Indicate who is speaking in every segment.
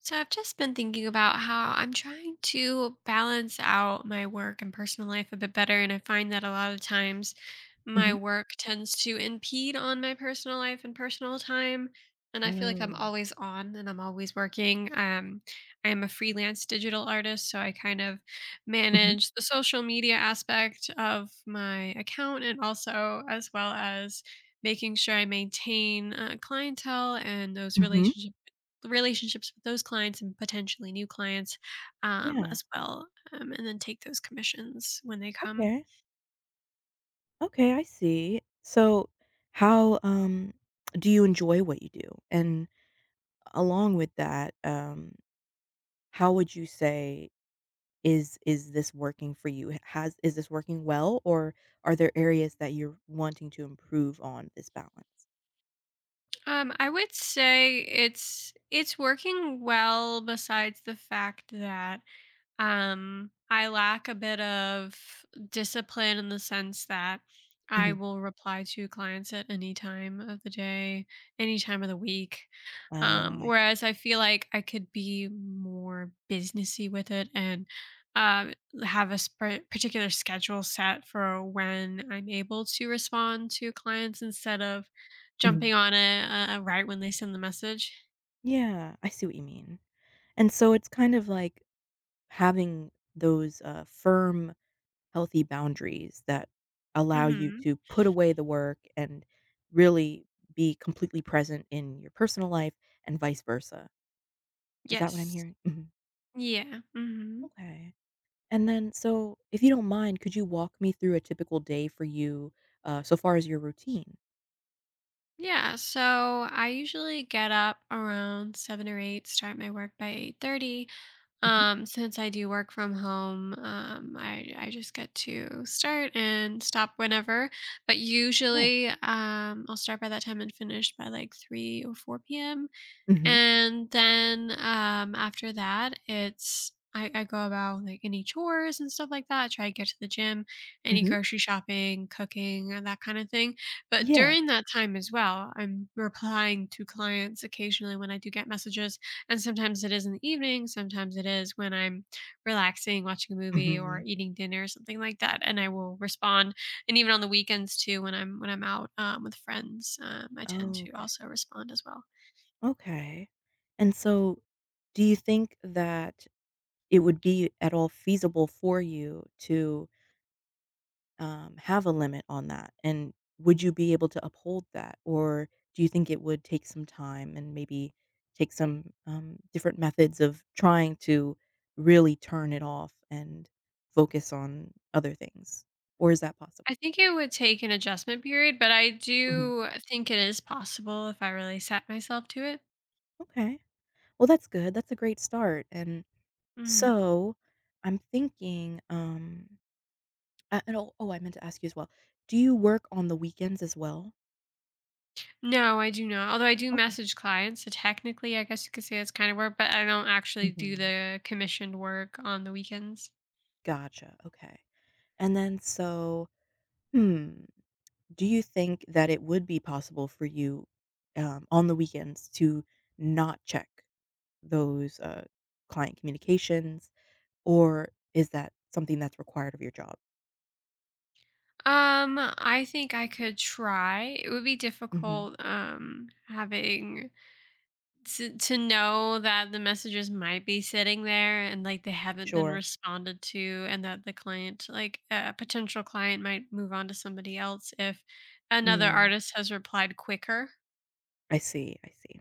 Speaker 1: So I've just been thinking about how I'm trying to balance out my work and personal life a bit better. And I find that a lot of times my
Speaker 2: Mhm.
Speaker 1: work tends to impede on my personal life and personal time. And I feel like I'm
Speaker 2: Oh.
Speaker 1: always on and I'm always working. I am a freelance digital artist, so I kind of
Speaker 2: Mhm.
Speaker 1: manage the social media aspect of my account and also as well as making sure I maintain clientele and those
Speaker 2: Mhm.
Speaker 1: relationships with those clients and potentially new clients um,
Speaker 2: Yeah.
Speaker 1: as well, and then take those commissions when they come.
Speaker 2: Okay. Okay, I see. So how, do you enjoy what you do? And along with that, how would you say is this working for you? H has is this working well, or are there areas that you're wanting to improve on this balance?
Speaker 1: I would say it's working well. Besides the fact that I lack a bit of discipline in the sense that I
Speaker 2: Mhm.
Speaker 1: will reply to clients at any time of the day, any time of the week.
Speaker 2: Oh, I see.
Speaker 1: Whereas I feel like I could be more businessy with it and uh, have a particular schedule set for when I'm able to respond to clients instead of
Speaker 2: Mhm.
Speaker 1: jumping on it right when they send the message.
Speaker 2: Yeah, I see what you mean. And so it's kind of like having those, firm healthy boundaries that allow you
Speaker 1: Hmm
Speaker 2: to put away the work and really be completely present in your personal life and vice versa. Is that what I'm
Speaker 1: Yes.
Speaker 2: hearing? Mhm.
Speaker 1: Yeah. hmm
Speaker 2: Okay. And then, so if you don't mind, could you walk me through a typical day for you so far as your routine?
Speaker 1: Yeah, so I usually get up around seven or eight, start my work by 8:30.
Speaker 2: Mhm.
Speaker 1: Since I do work from home, I just get to start and stop whenever. But usually,
Speaker 2: Nice.
Speaker 1: I'll start by that time and finish by like three or four p.m.
Speaker 2: hmm
Speaker 1: And then after that, I go about like any chores and stuff like that. I try to get to the gym, any
Speaker 2: hmm
Speaker 1: grocery shopping, cooking, and that kind of thing. But
Speaker 2: Yeah.
Speaker 1: during that time as well, I'm replying to clients occasionally when I do get messages. And sometimes it is in the evening, sometimes it is when I'm relaxing, watching a movie or
Speaker 2: hmm
Speaker 1: eating dinner, something like that. And I will respond. And even on the weekends too, when I'm out with friends, I tend
Speaker 2: Oh,
Speaker 1: to
Speaker 2: okay.
Speaker 1: also respond as well.
Speaker 2: Okay. And so, do you think that it would be at all feasible for you to have a limit on that? And would you be able to uphold that? Or do you think it would take some time and maybe take some different methods of trying to really turn it off and focus on other things? Or is that
Speaker 1: I
Speaker 2: possible?
Speaker 1: think it would take an adjustment period, but I
Speaker 2: Mhm.
Speaker 1: do think it is possible if I really set myself to it.
Speaker 2: Okay. Well, that's good. That's a great start. And
Speaker 1: Mhm.
Speaker 2: so I'm thinking, I, and oh, oh, I meant to ask you as well. Do you work on the weekends as well?
Speaker 1: No, I do not. Although I do
Speaker 2: Okay.
Speaker 1: message clients, so technically, I guess you could say that's kind of work, but I don't actually do
Speaker 2: Mhm.
Speaker 1: the commissioned work on the weekends.
Speaker 2: Gotcha. Okay. And then so. Hmm. Do you think that it would be possible for you, on the weekends to not check those, client communications, or is that something that's required of your job?
Speaker 1: I think I could try. It would be
Speaker 2: Mhm.
Speaker 1: difficult having to know that the messages might be sitting there and like they haven't been
Speaker 2: Sure.
Speaker 1: responded to and that the client like a potential client might move on to somebody else if another
Speaker 2: Mm.
Speaker 1: artist has replied quicker.
Speaker 2: I see, I see.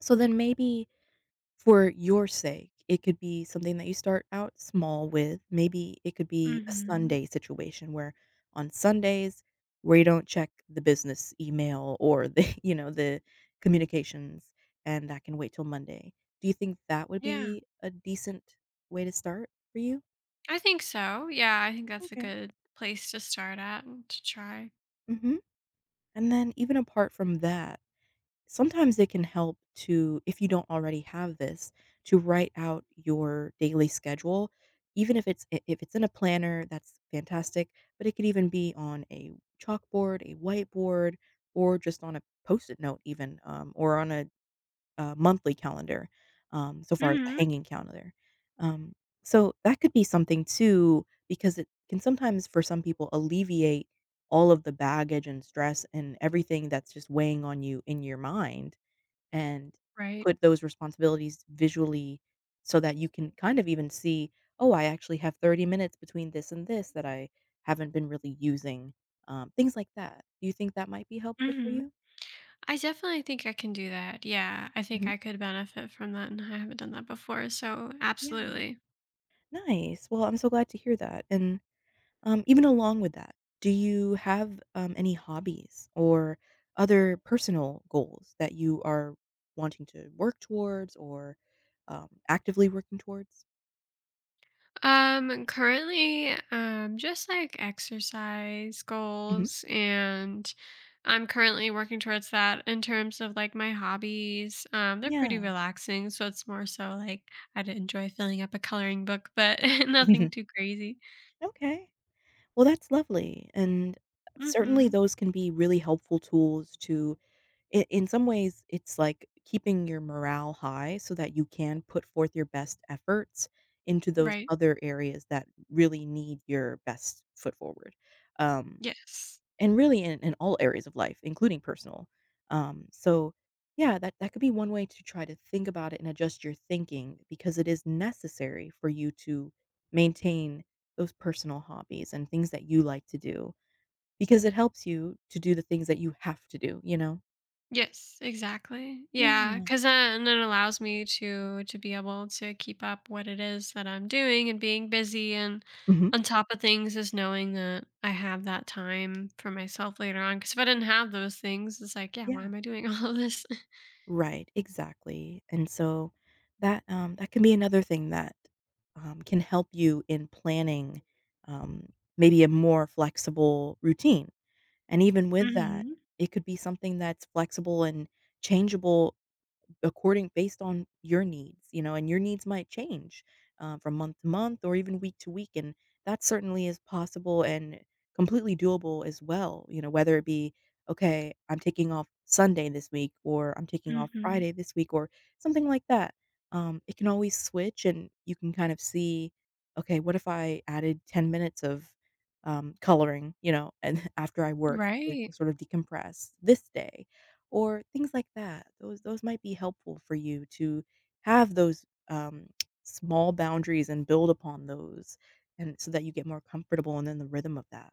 Speaker 2: So then maybe for your sake, it could be something that you start out small with. Maybe it could be a
Speaker 1: Hmm
Speaker 2: Sunday situation where on Sundays where you don't check the business email or the, the communications, and that can wait till Monday. Do you think that would
Speaker 1: yeah,
Speaker 2: be a decent way to start for you?
Speaker 1: I think so. Yeah, I think that's a
Speaker 2: Okay.
Speaker 1: good place to start at and to try.
Speaker 2: Mhm. And then even apart from that, sometimes it can help to, if you don't already have this, to write out your daily schedule, even if it's if it's in a planner, that's fantastic, but it could even be on a chalkboard, a whiteboard, or just on a post-it note even, or on a, monthly calendar, so far as the
Speaker 1: Hmm
Speaker 2: hanging calendar. um, so that could be something too, because it can sometimes for some people alleviate all of the baggage and stress and everything that's just weighing on you in your mind, and
Speaker 1: right.
Speaker 2: put those responsibilities visually so that you can kind of even see, "Oh, I actually have 30 minutes between this and this that I haven't been really using," things like that. Do you think that might be helpful for
Speaker 1: hmm
Speaker 2: you?
Speaker 1: I definitely think I can do that. Yeah, I think
Speaker 2: Mhm.
Speaker 1: I could benefit from that, and I haven't done that before, so
Speaker 2: Yeah,
Speaker 1: absolutely.
Speaker 2: nice. Well, I'm so glad to hear that, and, even along with that, do you have, any hobbies or other personal goals that you are wanting to work towards, or, actively working towards?
Speaker 1: Currently, just like exercise
Speaker 2: Mhm.
Speaker 1: goals, and I'm currently working towards that in terms of like my hobbies. They're pretty
Speaker 2: Yeah.
Speaker 1: relaxing, so it's more so like I'd enjoy filling up a coloring book, but nothing too crazy.
Speaker 2: Okay. Well, that's lovely, and certainly
Speaker 1: Mm-hmm.
Speaker 2: those can be really helpful tools to, I in some ways, it's like keeping your morale high so that you can put forth your best efforts into those
Speaker 1: Right.
Speaker 2: other areas that really need your best foot forward, um
Speaker 1: Yes.
Speaker 2: and really in all areas of life, including personal. So yeah, that could be one way to try to think about it and adjust your thinking, because it is necessary for you to maintain those personal hobbies and things that you like to do, because it helps you to do the things that you have to do, you know?
Speaker 1: Yes, exactly. Yeah,
Speaker 2: Yeah.
Speaker 1: because then it allows me to be able to keep up what it is that I'm doing and being busy and
Speaker 2: Mhm.
Speaker 1: on top of things is knowing that I have that time for myself later on. Because if I didn't have those things, it's like, yeah, why
Speaker 2: Yeah.
Speaker 1: am I doing all of this?
Speaker 2: Right, exactly. And so that can be another thing that, can help you in planning, um, maybe a more flexible routine. And even with that,
Speaker 1: Mhm,
Speaker 2: it could be something that's flexible and changeable, according based on your needs, you know, and your needs might change, from month to month or even week to week, and that certainly is possible and completely doable as well. You know, whether it be, okay, I'm taking off Sunday this week, or I'm taking off
Speaker 1: mhm.
Speaker 2: Friday this week, or something like that. It can always switch, and you can kind of see, okay, what if I added 10 minutes of, coloring, you know, and after I work, to
Speaker 1: Right.
Speaker 2: sort of decompress this day, or things like that. Those might be helpful for you to have those, um, small boundaries and build upon those, and so that you get more comfortable and then the rhythm of that.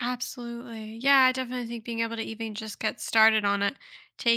Speaker 1: Absolutely. Yeah, I definitely think being able to even just get started on it,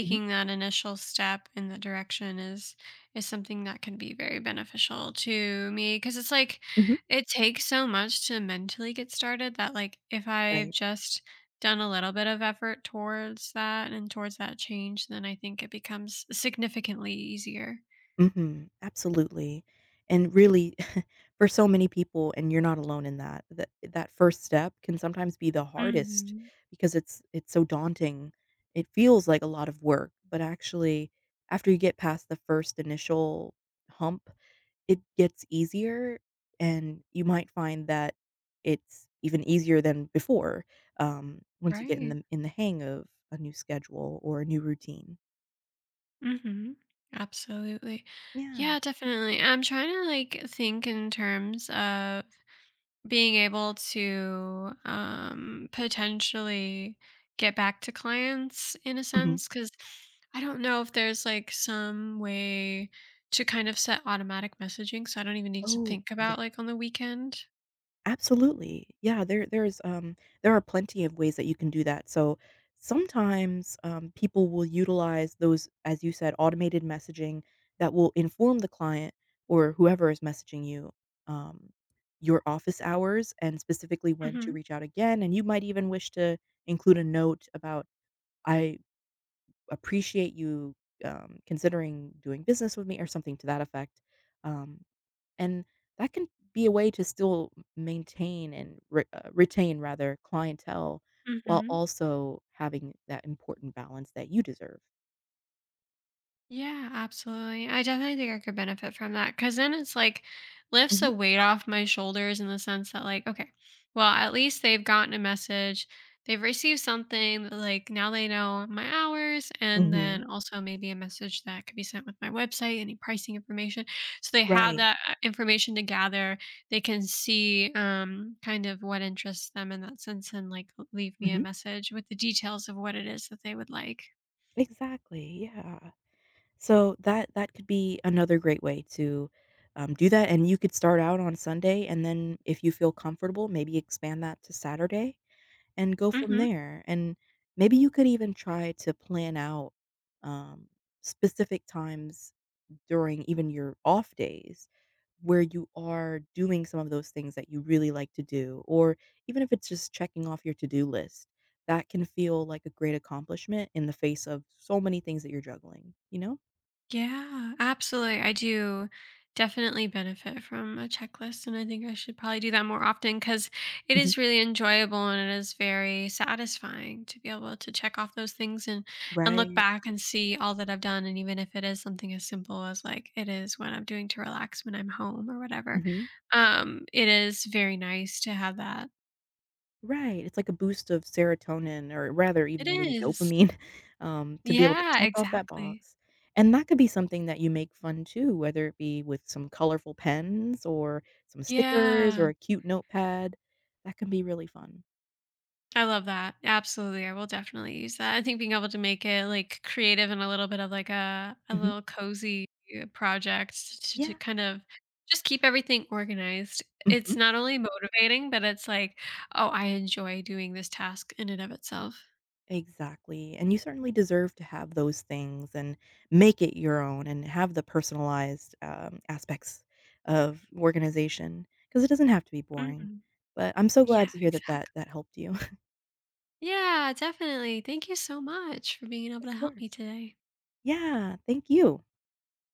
Speaker 2: Mhm,
Speaker 1: that initial step in that direction is something that can be very beneficial to me because it's like
Speaker 2: mhm.
Speaker 1: it takes so much to mentally get started that like if I've
Speaker 2: Right.
Speaker 1: just done a little bit of effort towards that and towards that change, then I think it becomes significantly easier.
Speaker 2: Mhm. Absolutely. And really, for so many people, and you're not alone in that, that that first step can sometimes be the hardest,
Speaker 1: Hmm
Speaker 2: because it's so daunting. It feels like a lot of work, but actually, after you get past the first initial hump, it gets easier, and you might find that it's even easier than before, once you get in
Speaker 1: Right.
Speaker 2: the hang of a new schedule or a new routine.
Speaker 1: Mhm. Absolutely.
Speaker 2: Yeah.
Speaker 1: Yeah, definitely. I'm trying to like think in terms of being able to potentially get back to clients in a
Speaker 2: Mhm.
Speaker 1: sense cuz I don't know if there's like some way to kind of set automatic messaging so I don't even need to
Speaker 2: Oh,
Speaker 1: think
Speaker 2: yeah.
Speaker 1: about like on the weekend.
Speaker 2: Absolutely. Yeah, there are plenty of ways that you can do that. So, sometimes, people will utilize those, as you said, automated messaging that will inform the client or whoever is messaging you, um, your office hours and specifically when to
Speaker 1: Mhm.
Speaker 2: reach out again, and you might even wish to include a note about, "I appreciate you, considering doing business with me," or something to that effect. Um and that can be a way to still maintain and re retain rather clientele, while
Speaker 1: Mhm.
Speaker 2: also having that important balance that you deserve.
Speaker 1: Yeah, absolutely. I definitely think I could benefit from that because then it's like lifts a
Speaker 2: Mhm,
Speaker 1: weight off my shoulders in the sense that, like, okay, well, at least they've gotten a message. They've received something that, like, now they know my hours, and then
Speaker 2: mhm,
Speaker 1: also maybe a message that could be sent with my website, any pricing information. So they have
Speaker 2: right.
Speaker 1: that information to gather. They can see kind of what interests them in that sense and, like, leave me a
Speaker 2: Mhm,
Speaker 1: message with the details of what it is that they would like.
Speaker 2: exactly, yeah. So that that could be another great way to, do that, and you could start out on Sunday, and then if you feel comfortable, maybe expand that to Saturday and go from
Speaker 1: Hmm
Speaker 2: there, and maybe you could even try to plan out, um, specific times during even your off days where you are doing some of those things that you really like to do, or even if it's just checking off your to do list, that can feel like a great accomplishment in the face of so many things that you're juggling, you know?
Speaker 1: Yeah, absolutely. I do definitely benefit from a checklist, and I think I should probably do that more often because it
Speaker 2: Mhm.
Speaker 1: is really enjoyable and it is very satisfying to be able to check off those things and look
Speaker 2: Right.
Speaker 1: back and see all that I've done. And even if it is something as simple as like it is when I'm doing to relax when I'm home or whatever,
Speaker 2: Mhm.
Speaker 1: it is very nice to have that.
Speaker 2: Right, it's like a boost of serotonin, or rather
Speaker 1: It
Speaker 2: even maybe
Speaker 1: is.
Speaker 2: dopamine, to be able to
Speaker 1: Yeah,
Speaker 2: check off that
Speaker 1: exactly.
Speaker 2: box, and that could be something that you make fun too, whether it be with some colorful pens or some stickers
Speaker 1: Yeah.
Speaker 2: or a cute notepad, that can be really fun.
Speaker 1: I love that. Absolutely. I will definitely use that. I think being able to make it like creative and a little bit of like a
Speaker 2: Mhm.
Speaker 1: little cozy project to
Speaker 2: Yeah.
Speaker 1: kind of just keep everything organized. It's
Speaker 2: Mhm.
Speaker 1: not only motivating, but it's like, oh, I enjoy doing this task in and of itself.
Speaker 2: Exactly, and you certainly deserve to have those things and make it your own and have the personalized, aspects of organization, because it doesn't have to be boring,
Speaker 1: Hmm
Speaker 2: but I'm so glad
Speaker 1: Yeah,
Speaker 2: to hear that that
Speaker 1: exactly.
Speaker 2: that helped you.
Speaker 1: Yeah, definitely. Thank you so much for being able
Speaker 2: Of
Speaker 1: to help me
Speaker 2: course.
Speaker 1: today.
Speaker 2: Yeah, thank you.